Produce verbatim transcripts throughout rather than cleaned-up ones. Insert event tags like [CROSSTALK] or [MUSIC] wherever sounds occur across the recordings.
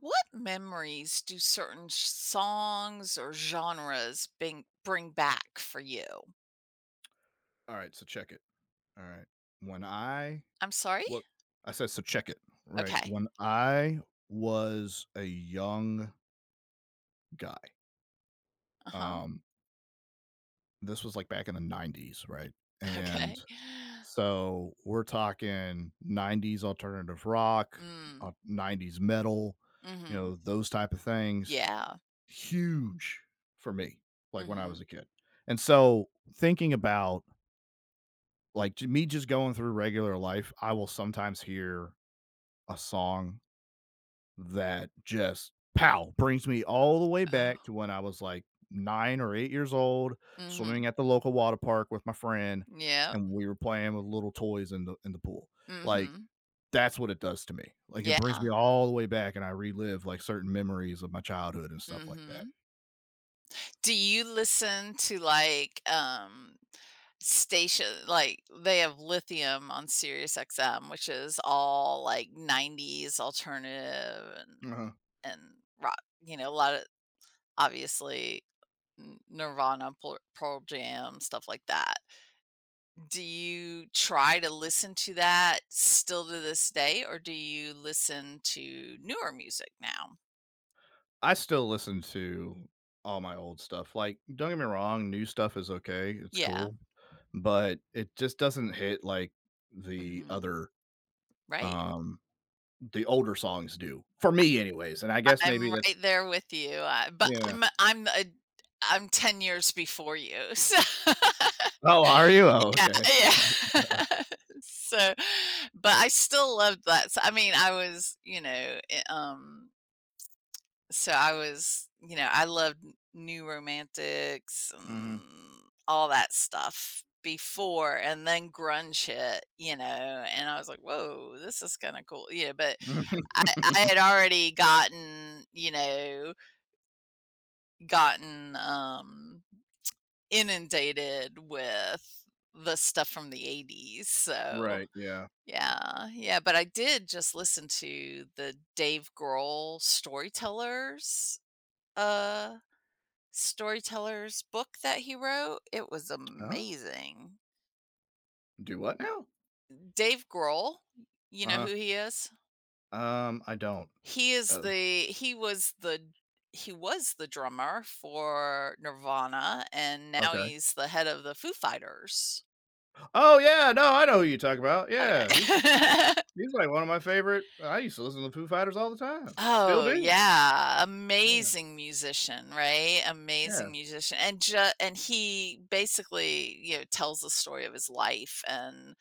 What memories do certain sh- songs or genres bring bring back for you? All right, so check it. All right. When I I'm sorry? Well I said so check it, right? Okay. When I was a young guy, Uh-huh. um, this was, like, back in the ‘nineties, right? [LAUGHS] And Okay. so we're talking ‘nineties alternative rock, uh, Mm. ‘nineties metal, you Mhm. know, those type of things, Yeah. huge for me, like, when I Mhm. was a kid. And so thinking about, like, j me just going through regular life, I will sometimes hear a song that just pow brings me all the way back Oh. to when I was like nine or eight years old, swimming Mhm. at the local water park with my friend, Yeah. and we were playing with little toys in the in the pool. Like, Mhm. that's what it does to me. Like, it brings Yeah. me all the way back and I relive, like, certain memories of my childhood and stuff like that. Mhm. Do you listen to like um station like they have Lithium on Sirius X M, which is all like nineties alternative and Uh-huh. and rock, you know, a lot of obviously N- Nirvana, Pearl Pearl Jam, stuff like that. Do you try to listen to that still to this day, or do you listen to newer music now? I still listen to all my old stuff. Like, don't get me wrong, new stuff is okay, it's Yeah. cool, but it just doesn't hit like the Hmm. other, Right. um the older songs do, for me anyways, and I guess I'm maybe that right there with you, uh, but yeah. I'm I'm a I'm ten years before you, [LAUGHS] so Oh, are you? Oh, yeah, okay. yeah. [LAUGHS] So, but I still loved that So I mean, I was, you know, eh, um, so I was, you know, I loved N New Romantics and Mhm. all that stuff before, and then grunge hit, you know, and I was like, "Whoa, this is kinda cool." Yeah, but I I [LAUGHS] had already gotten, you know, gotten um, inundated with the stuff from the eighties. So, Right, yeah. yeah, yeah. But I did just listen to the Dave Grohl storytellers, uh, storytellers book that he wrote. It was Huh? amazing. Do what now? Dave Grohl, you know Uh-huh. who he is? Um, I don't. He is Oh, the, he was the, he was the drummer for Nirvana, and now okay. he's the head of the Foo Fighters. Oh, yeah, no, I know who you talk about. Yeah, he's Okay. [LAUGHS] he's like one of my favorite I used to listen to the Foo Fighters all the time. Still Oh, do. yeah, Yeah, amazing musician, right? yeah, Amazing musician, and ju and he basically, you know, tells the story of his life and,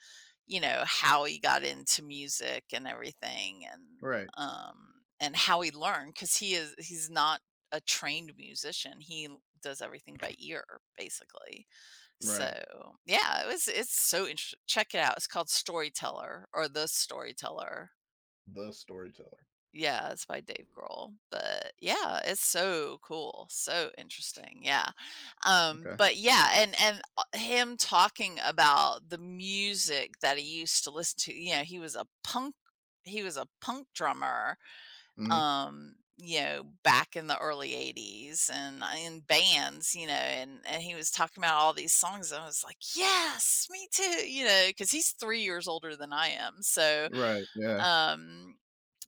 you know, how he got into music and everything, and, right, um, and how he learned, because he is he's not a trained musician. He l does everything by ear, basically. right. So, yeah, it was it's so interesting. Check it out. It's called Storyteller or The Storyteller. The storyteller. Yeah, it's by Dave Grohl, but yeah, it's so cool, so interesting, yeah, um, Okay. but yeah, and and, uh, him talking about the music that he used to listen to, you know, he was a punk he was a punk drummer, Mhm. um, you know, back in the early eighties and, uh, in bands, you know, and and he was talking about all these songs, and I was like, "Yes, me too," you know, because he's three years older than I am, so, Right, yeah. um,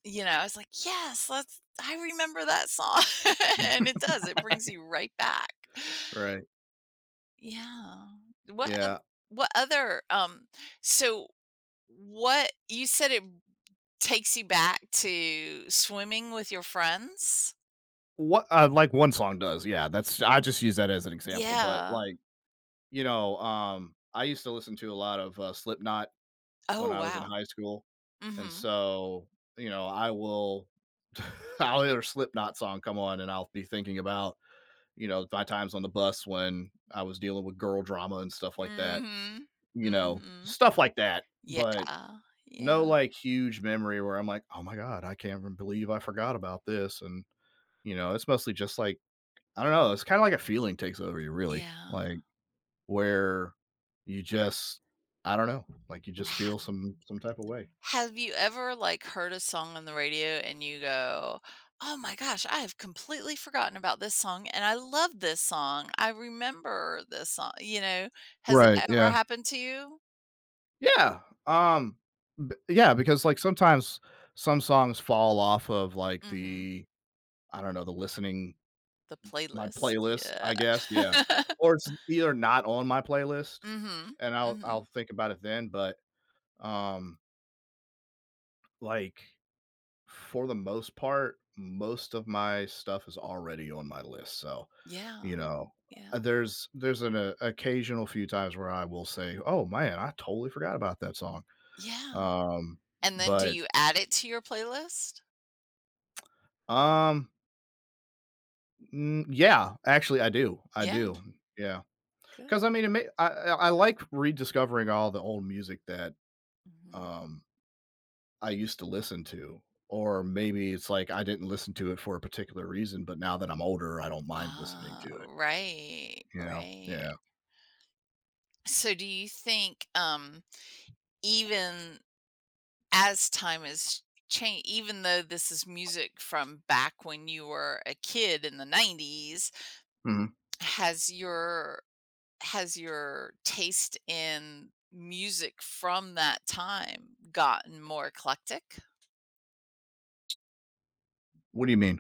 you know, I was like, "Yes, let's I remember that song." [LAUGHS] And it [LAUGHS] does, it brings you right back. Right, Yeah. What oth yeah. what other, um, so what you said, it takes you back to swimming with your friends? What uh, like one song does, yeah, that's I just use that as an example, but, Yeah. like, you know, um, I used to listen to a lot of, uh, Slipknot when Oh, I was in wow. high school, and Mhm. so, you know, I will [LAUGHS] I'll hear a Slipknot song come on, and I'll be thinking about, you know, my times on the bus when I was dealing with girl drama and stuff like that, Mhm. you know, Mhm. stuff like that, Yeah. but no, Yeah. like, huge memory where I'm like, "Oh my god, I can't even believe I forgot about this," and, you know, it's mostly just, like, I don't know, it's kinda like a feeling takes over you really, Yeah. like, where you just I don't know, like, you just feel some some type of way. Have you ever, like, heard a song on the radio and you go, "Oh my gosh, I have completely forgotten about this song, and I love this song. I remember this song." You know, has Right, that ever yeah. happened to you? Yeah, um, b yeah, because, like, sometimes some songs fall off of, like, Mhm. the I don't know, the listening The my playlist, playlist, yeah. I guess, yeah, [LAUGHS] or it's either not on my playlist, Mhm, and I'll I'll mhm. think about it then, but, um, like, for the most part, most of my stuff is already on my list, so you Yeah, know, yeah, uh, there's there's an uh, occasional few times where I will say, "Oh man, I totally forgot about that song." yeah. Um, And then do but you add it to your playlist? um, mm, yeah, actually, I do, I Yeah, do, yeah, good. because I mean, it may, I I I like rediscovering all the old music that Mhm. um I used to listen to, or maybe it's like I didn't listen to it for a particular reason, but now that I'm older, I don't mind listening Ah, to it. right, You know, right. yeah. So do you think, um, even, as time has changed, even though this is music from back when you were a kid in the nineties, Mhm. has your, has your taste in music from that time gotten more eclectic? What do you mean?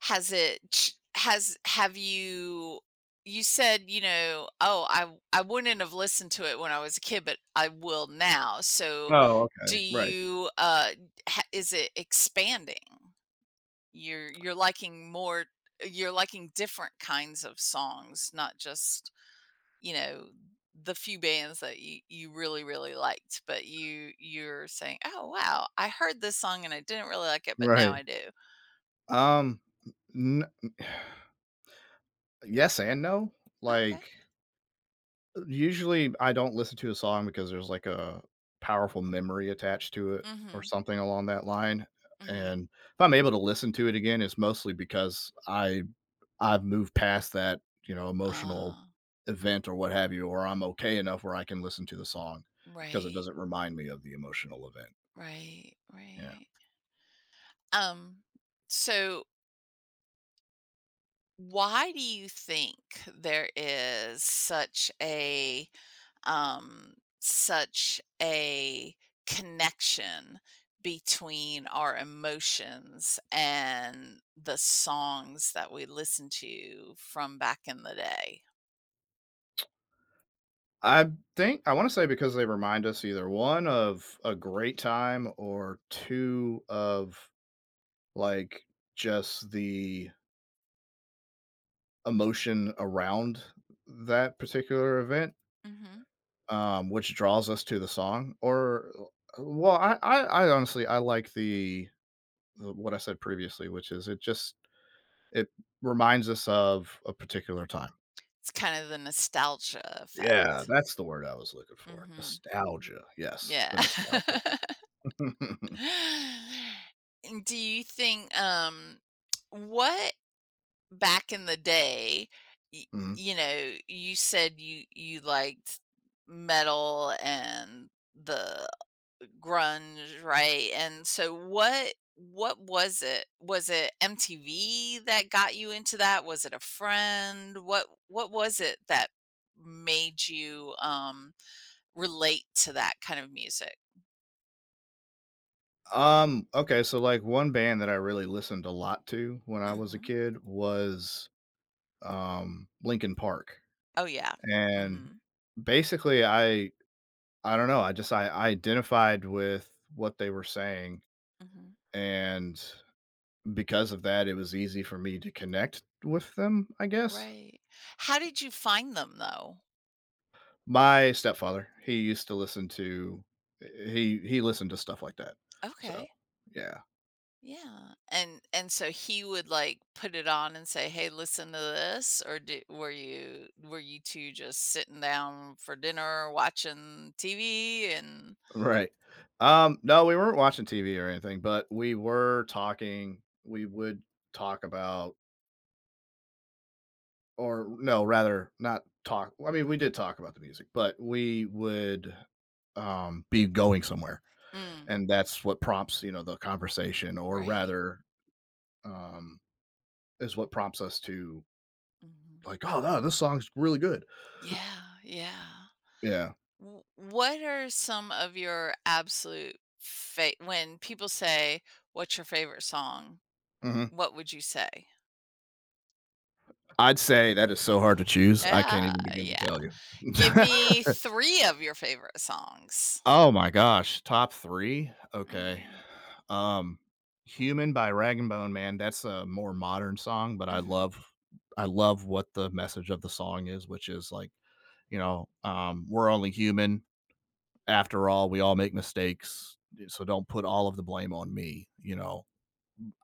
Has it ch Has have you, you said, you know, "Oh, I w- I wouldn't have listened to it when I was a kid, but I will now." So, Oh, do okay, right, you, uh, ha, is it expanding? You're you're liking more, you're liking different kinds of songs, not just, you know, the few bands that you you really, really liked, but you you're saying, "Oh, wow, I heard this song and I didn't really like it, but now right. I do." Um, n yes and no. Okay. Like, usually, I don't listen to a song because there's, like, a powerful memory attached to it or Mhm, something along that line, mhm. and if I'm able to listen to it again, it's mostly because I I've moved past that, you know, emotional Ah, event or what have you, or I'm okay enough where I can listen to the song because it right, doesn't remind me of the emotional event. right, Yeah. right. Um, so why do you think there is such a, um, such a connection between our emotions and the songs that we listened to from back in the day. I think I want to say because they remind us either one of a great time or two of like just the emotion around that particular event, Mhm. um, which draws us to the song. Or uh, well, I, I, I honestly I like the, the what I said previously, which is it just it reminds us of a particular time. It's kind of the nostalgia effect. Yeah, that's the word I was looking for. Mhm. Nostalgia. Yes, Yeah. the nostalgia. [LAUGHS] [LAUGHS] And do you think, um, what, back in the day, y Mhm. you know, you said you you liked metal and the grunge, right? And so what what was it? Was it M T V that got you into that? Was it a friend? What what was it that made you, um, relate to that kind of music? Um, okay, so, like, one band that I really listened a lot to when I was a Mhm. kid was, um, Linkin Park, Oh, yeah. and, Mhm. basically, I I don't know, I just I I identified with what they were saying, Mhm. and because of that, it was easy for me to connect with them, I guess. Right. How did you find them, though? My stepfather, he used to listen to he he listened to stuff like that, so, Okay. yeah. Yeah. And and so he would like put it on and say, "Hey, listen to this," or did, were you were you two just sitting down for dinner watching T V and Right. Um, no, we weren't watching T V or anything, but we were talking. We would talk about, or no, rather, not talk. I mean, we did talk about the music, but we would um, be going somewhere, mm, and that's what prompts you know the conversation, or right. rather, um, is what prompts us to Hmm. like, oh no, this song's really good. Yeah, yeah. Yeah. W- What are some of your absolute fa- when people say, "What's your favorite song?" Hmm. What would you say? I'd say that is so hard to choose. I can't Yeah, even begin to yeah. tell you. Give [LAUGHS] me three of your favorite songs. Oh my gosh, top three? Okay. Mm. Um, "Human" by Rag& and Bone Man, that's a more modern song, but I Hmm. love I love what the message of the song is, which is like, you know, um, "We're only human. After all, we all make mistakes, eh, so don't put all of the blame on me," you know,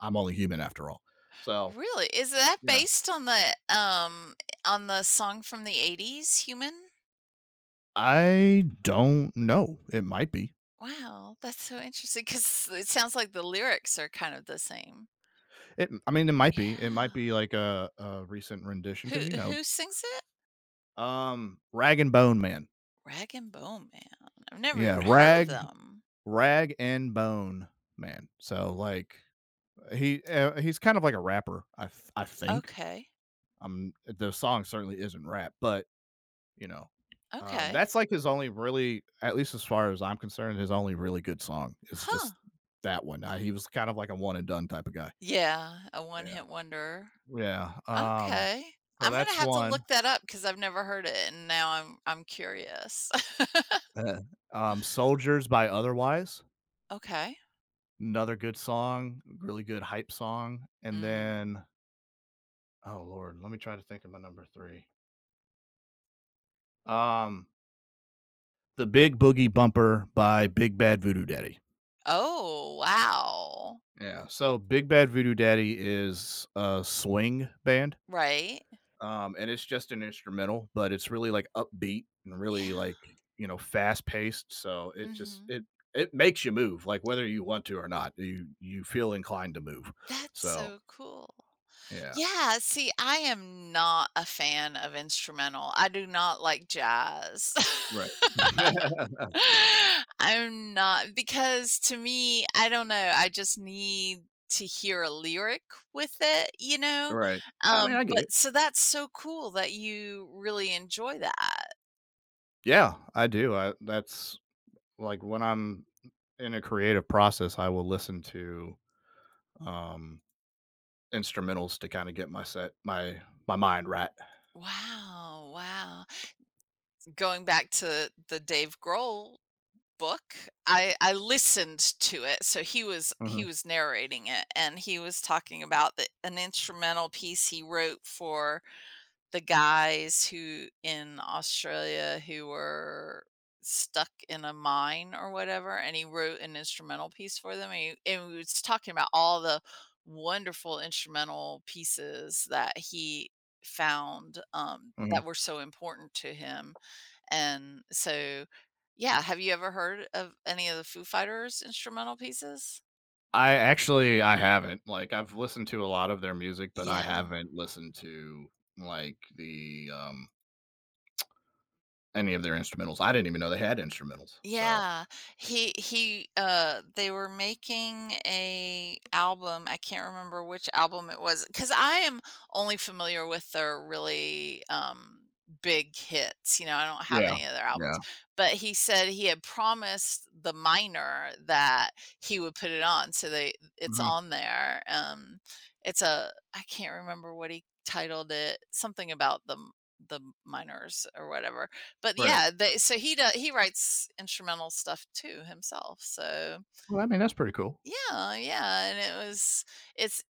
"I'm only human after all." So, Really? Is that yeah. based on the, um, on the song from the eighties, Human? I don't know. It might be. Wow, that's so interesting because it sounds like the lyrics are kind of the same. It I mean, it might be. It Yeah. might be like a a recent rendition Who because, you know, who sings it? Um, Rag and Bone Man. Rag& and Bone Man. I've never even Yeah, heard of Rag them. Rag and Bone Man. So like he uh, he's kind of like a rapper. I th- I think. Okay. Um, the song certainly isn't rap, but you know, um, Okay. that's like his only really, at least as far as I'm concerned, his only really good song is Huh. just that one. Uh, he was kind of like a one and done type of guy. Yeah, a Yeah, one-hit wonder. yeah. Um, Okay. so I'm gonna that's have to one. look that up because 'cause I've never heard it, and now I'm I'm curious. [LAUGHS] Uh, um, Soldiers by Otherwise. Okay. Another good song, really good hype song, and Mm. then oh lord, let me try to think of my number three. Um, The Big Boogie Bumper by Big Bad Voodoo Daddy. Oh, wow. Yeah, so Big Bad Voodoo Daddy is a swing band, Right? um, and it's just an instrumental, but it's really, like, upbeat and really, Yeah. like, you know, fast-paced, so it just Mhm. it it makes you move, like, whether you want to or not, you you feel inclined to move. That's So, so cool. yeah, Yeah, see, I am not a fan of instrumental. I do not like jazz. right. [LAUGHS] [LAUGHS] I'm not, because to me, I don't know, I just need to hear a lyric with it, you know? Right. I mean, Um, I get it. but so that's so cool that you really enjoy that. Yeah, I do. I that's like when I'm in a creative process, I will listen to um instrumentals to kind of get my set my my mind right. Wow, wow. Going back to the Dave Grohl book. I I listened to it, so he was he Mhm, was narrating it, and he was talking about the an instrumental piece he wrote for the guys who in Australia who were stuck in a mine or whatever, and he wrote an instrumental piece for them. And he, and he was talking about all the wonderful instrumental pieces that he found, um, that mhm. were so important to him. And so, yeah, have you ever heard of any of the Foo Fighters instrumental pieces? I actually I haven't. Like, I've listened to a lot of their music, but I Yeah. haven't listened to like the um any of their instrumentals. I didn't even know they had instrumentals. So Yeah, he he uh they were making a album. I can't remember which album it was, cause I am only familiar with their really, um, big hits. You know, I don't have yeah, any of their albums. yeah, But he said he had promised the minor that he would put it on. So they it's mhm, on there. Um, it's a, I can't remember what he titled it. Something about the m- the minors or whatever, but right. yeah, they so he doe he writes instrumental stuff too himself, so Well, I mean, that's pretty cool. yeah, yeah, and it was it's,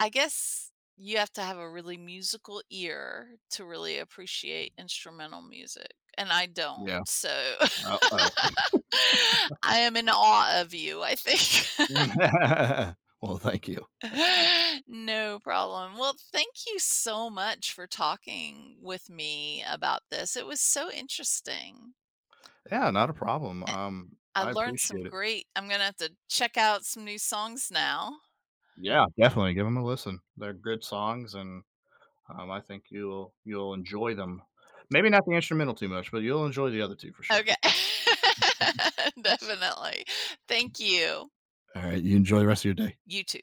I guess you have to have a really musical ear to really appreciate instrumental music, and I don't, Yeah, so uh-oh. [LAUGHS] I am in awe of you, I think. [LAUGHS] [LAUGHS] Well, thank you. No problem. Well, thank you so much for talking with me about this. It was so interesting. Yeah, not a problem, um, I I learned some appreciate it. great I'm gonna have to check out some new songs now. Yeah, definitely give them a listen. They're good songs, and, um, I think you'll you'll enjoy them. Maybe not the instrumental too much, but you'll enjoy the other two for sure. Okay. [LAUGHS] Definitely. Thank you. Alright, you enjoy the rest of your day. You too.